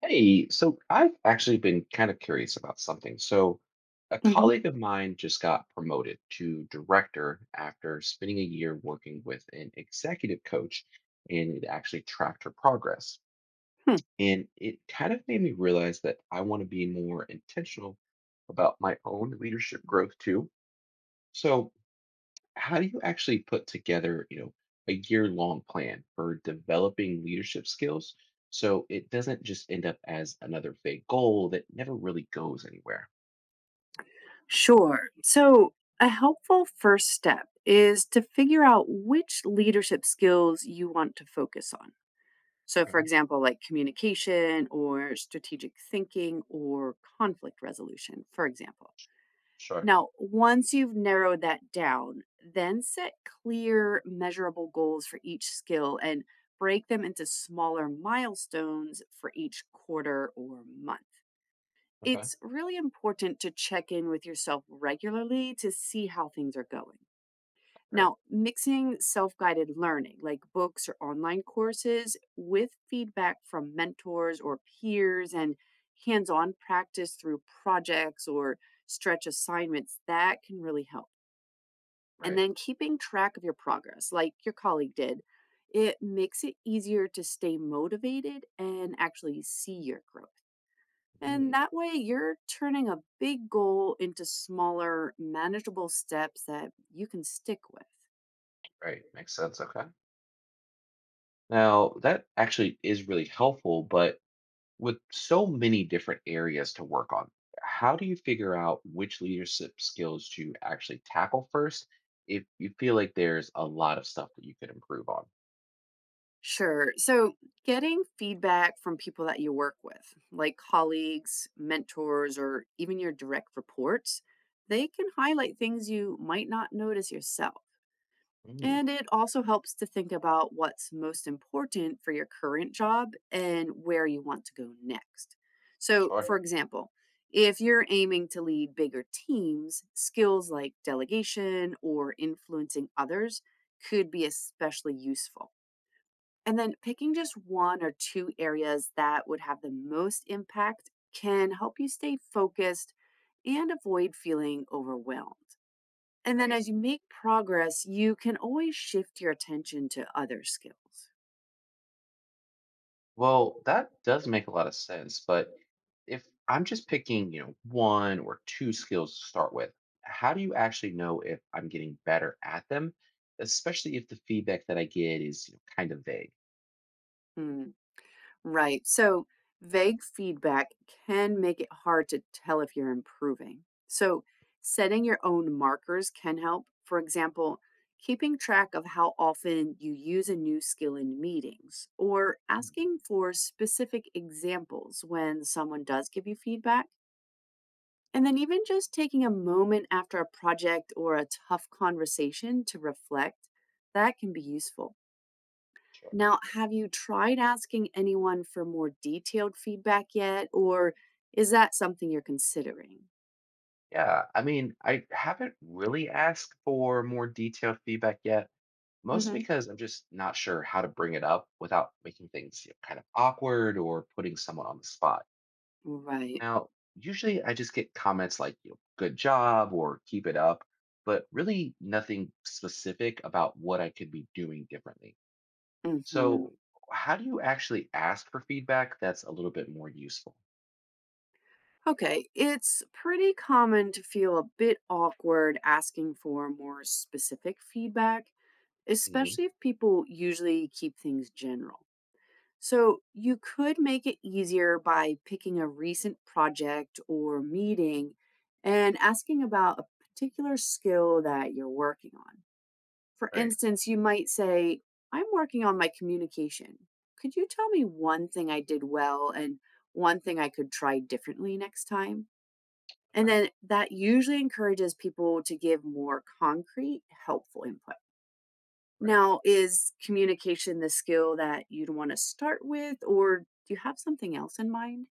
Hey, so I've actually been kind of curious about something. So, a Mhm. colleague of mine just got promoted to director after spending a year working with an executive coach, and it actually tracked her progress. Hmm. And it kind of made me realize that I want to be more intentional about my own leadership growth too. So, how do you actually put together a year long plan for developing leadership skills so it doesn't just end up as another vague goal that never really goes anywhere. Sure. So, a helpful first step is to figure out which leadership skills you want to focus on. So, for Okay. example, like communication or strategic thinking or conflict resolution, for example. Sure. Now, once you've narrowed that down, then set clear, measurable goals for each skill and break them into smaller milestones for each quarter or month. Okay. It's really important to check in with yourself regularly to see how things are going. Right. Now, mixing self guided learning, like books or online courses, with feedback from mentors or peers and hands on practice through projects or stretch assignments, that can really help. And Right. then keeping track of your progress, like your colleague did, it makes it easier to stay motivated and actually see your growth. And Mm, that way, you're turning a big goal into smaller, manageable steps that you can stick with. right, makes sense. Okay, now that actually is really helpful. But with so many different areas to work on, how do you figure out which leadership skills to actually tackle first if you feel like there's a lot of stuff that you could improve on? Sure. So, getting feedback from people that you work with, like colleagues, mentors, or even your direct reports, they can highlight things you might not notice yourself. Mm. And it also helps to think about what's most important for your current job and where you want to go next. So, Sure. for example, if you're aiming to lead bigger teams, skills like delegation or influencing others could be especially useful. And then picking just one or two areas that would have the most impact can help you stay focused and avoid feeling overwhelmed. And then Right. as you make progress, you can always shift your attention to other skills. Well, that does make a lot of sense. But if I'm just picking, one or two skills to start with, how do you actually know if I'm getting better at them, especially if the feedback that I get is kind of vague? Hmm. Right. So vague feedback can make it hard to tell if you're improving. So setting your own markers can help. For example, keeping track of how often you use a new skill in meetings or asking for specific examples when someone does give you feedback. And then even just taking a moment after a project or a tough conversation to reflect, that can be useful. Sure. Now, have you tried asking anyone for more detailed feedback yet, or is that something you're considering? Yeah, I mean, I haven't really asked for more detailed feedback yet, mostly hmm because I'm just not sure how to bring it up without making things kind of awkward or putting someone on the spot. Right. Now, usually I just get comments like, good job or keep it up, but really nothing specific about what I could be doing differently. hmm So, how do you actually ask for feedback that's a little bit more useful? Okay, it's pretty common to feel a bit awkward asking for more specific feedback, Hmm. especially if people usually keep things general. So, you could make it easier by picking a recent project or meeting and asking about a particular skill that you're working on. For Right. instance, you might say, I'm working on my communication. Could you tell me one thing I did well and one thing I could try differently next time? And Okay. then that usually encourages people to give more concrete, helpful input. Right. Now, is communication the skill that you'd want to start with, or do you have something else in mind?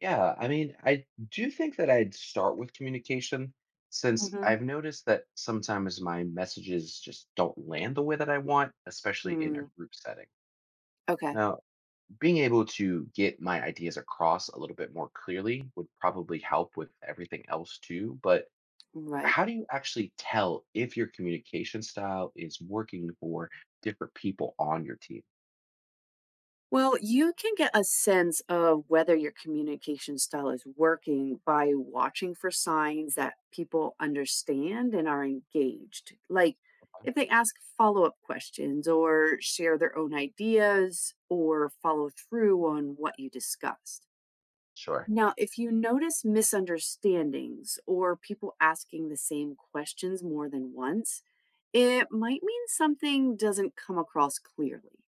Yeah, I mean, I do think that I'd start with communication since hmm I've noticed that sometimes my messages just don't land the way that I want, especially in a Mm, group setting. okay, Now, being able to get my ideas across a little bit more clearly would probably help with everything else too. But Right. how do you actually tell if your communication style is working for different people on your team? Well, you can get a sense of whether your communication style is working by watching for signs that people understand and are engaged. Like if they ask follow up questions or share their own ideas or follow through on what you discussed. Sure. Now, if you notice misunderstandings or people asking the same questions more than once, it might mean something doesn't come across clearly.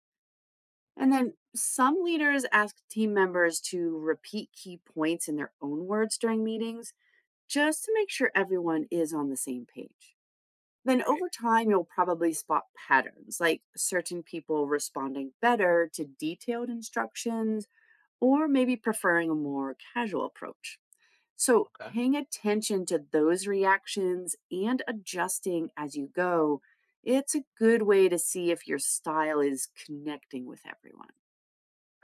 And then some leaders ask team members to repeat key points in their own words during meetings just to make sure everyone is on the same page. Then Right. over time, you'll probably spot patterns like certain people responding better to detailed instructions or maybe preferring a more casual approach. So, Okay. paying attention to those reactions and adjusting as you go, it's a good way to see if your style is connecting with everyone.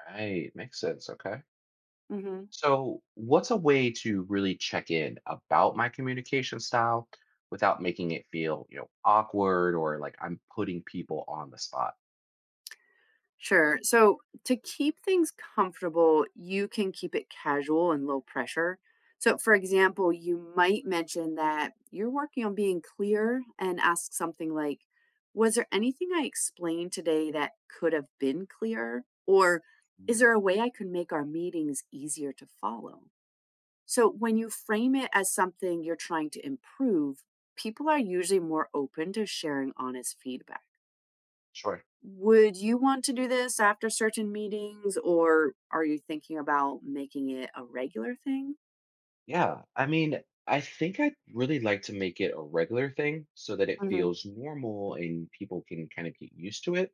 Right, makes sense. Okay. Mhm. So, what's a way to really check in about my communication style without making it feel, awkward or like I'm putting people on the spot? Sure. So to keep things comfortable, you can keep it casual and low pressure. So, for example, you might mention that you're working on being clear and ask something like, was there anything I explained today that could have been clearer? Or is Mm. there a way I could make our meetings easier to follow? So, when you frame it as something you're trying to improve, people are usually more open to sharing honest feedback. Sure. Would you want to do this after certain meetings, or are you thinking about making it a regular thing? Yeah, I mean, I think I'd really like to make it a regular thing so that it Mhm. feels normal and people can kind of get used to it.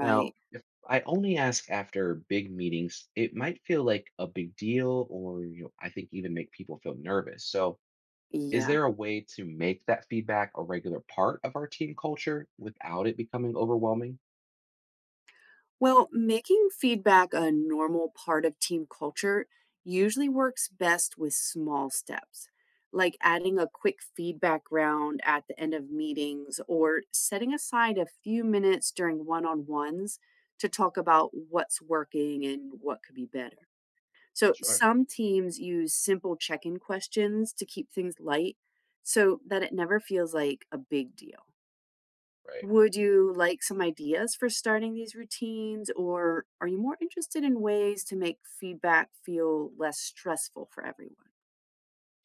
Now, if I only ask after big meetings, it might feel like a big deal or, I think even make people feel nervous. So, is Yeah. there a way to make that feedback a regular part of our team culture without it becoming overwhelming? Well, making feedback a normal part of team culture usually works best with small steps, like adding a quick feedback round at the end of meetings or setting aside a few minutes during one on ones to talk about what's working and what could be better. So Sure. some teams use simple check in questions to keep things light so that it never feels like a big deal. Right. Would you like some ideas for starting these routines, or are you more interested in ways to make feedback feel less stressful for everyone?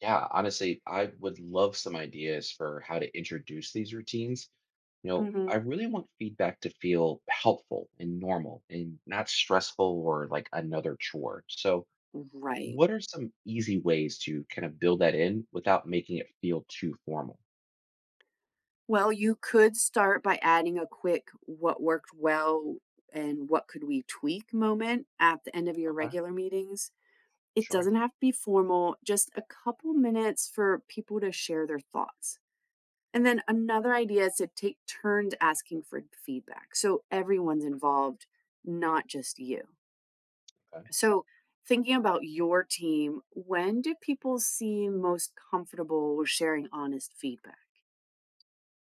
Yeah, honestly, I would love some ideas for how to introduce these routines. I hmm really want feedback to feel helpful and normal and not stressful or like another chore. So, Right. what are some easy ways to kind of build that in without making it feel too formal? Well, you could start by adding a quick what worked well and what could we tweak moment at the end of your Okay. regular meetings. It Sure. doesn't have to be formal, just a couple minutes for people to share their thoughts. And then another idea is to take turns asking for feedback. So everyone's involved, not just you. Okay. So, thinking about your team, when do people seem most comfortable with sharing honest feedback?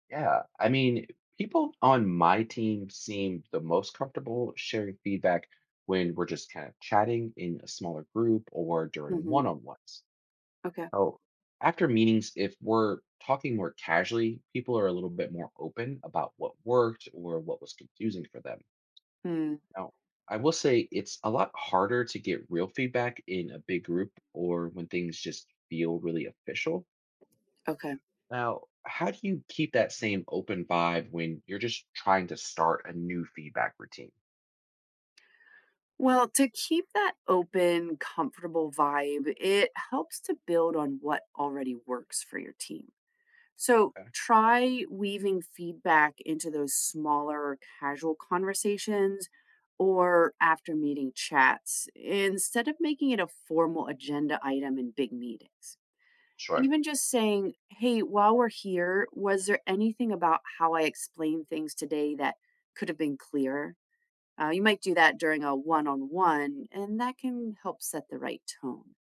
Yeah, I mean, people on my team seem the most comfortable sharing feedback when we're just kind of chatting in a smaller group or during one hmm on ones. Okay. Oh, after meetings, if we're talking more casually, people are a little bit more open about what worked or what was confusing for them. Mm, Now, I will say it's a lot harder to get real feedback in a big group or when things just feel really official. okay. Now, how do you keep that same open vibe when you're just trying to start a new feedback routine? Well, to keep that open, comfortable vibe, it helps to build on what already works for your team. So Okay. try weaving feedback into those smaller casual conversations or after meeting chats instead of making it a formal agenda item in big meetings. Sure. Even just saying, hey, while we're here, was there anything about how I explained things today that could have been clearer? You might do that during a one on one, and that can help set the right tone.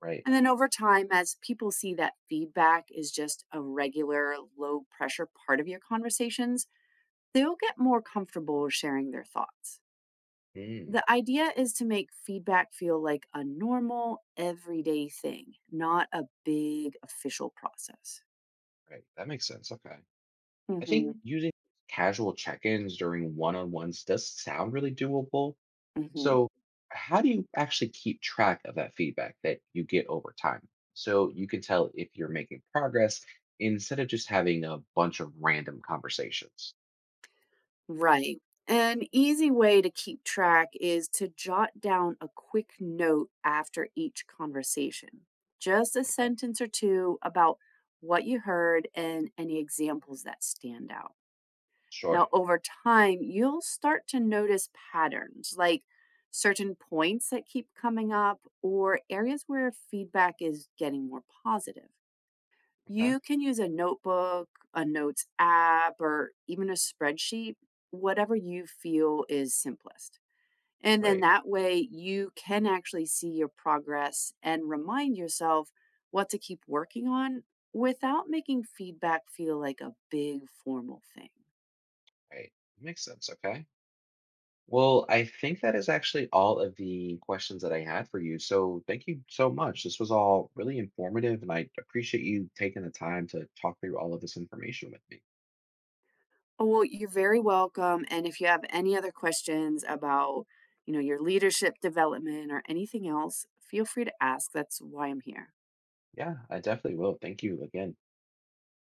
Right. And then over time, as people see that feedback is just a regular, low pressure part of your conversations, they'll get more comfortable sharing their thoughts. Mm, The idea is to make feedback feel like a normal, everyday thing, not a big official process. right. That makes sense. Okay, I hmm think using casual check ins during one on ones does sound really doable. hmm So, how do you actually keep track of that feedback that you get over time, so you can tell if you're making progress instead of just having a bunch of random conversations? Right. An easy way to keep track is to jot down a quick note after each conversation, just a Okay. sentence or two about what you heard and any examples that stand out. Sure. Now, over time, you'll start to notice patterns like certain points that keep coming up or areas where feedback is getting more positive. Okay. You can use a notebook, a notes app, or even a spreadsheet, whatever you feel is simplest. And then Right. that way you can actually see your progress and remind yourself what to keep working on without making feedback feel like a big formal thing. Right, makes sense. Okay. Well, I think that is actually all of the questions that I had for you. So thank you so much. This was all really informative, and I appreciate you taking the time to talk through all of this information with me. Oh, well, you're very welcome. And if you have any other questions about, your leadership development or anything else, feel free to ask. That's why I'm here. Yeah, I definitely will. Thank you again.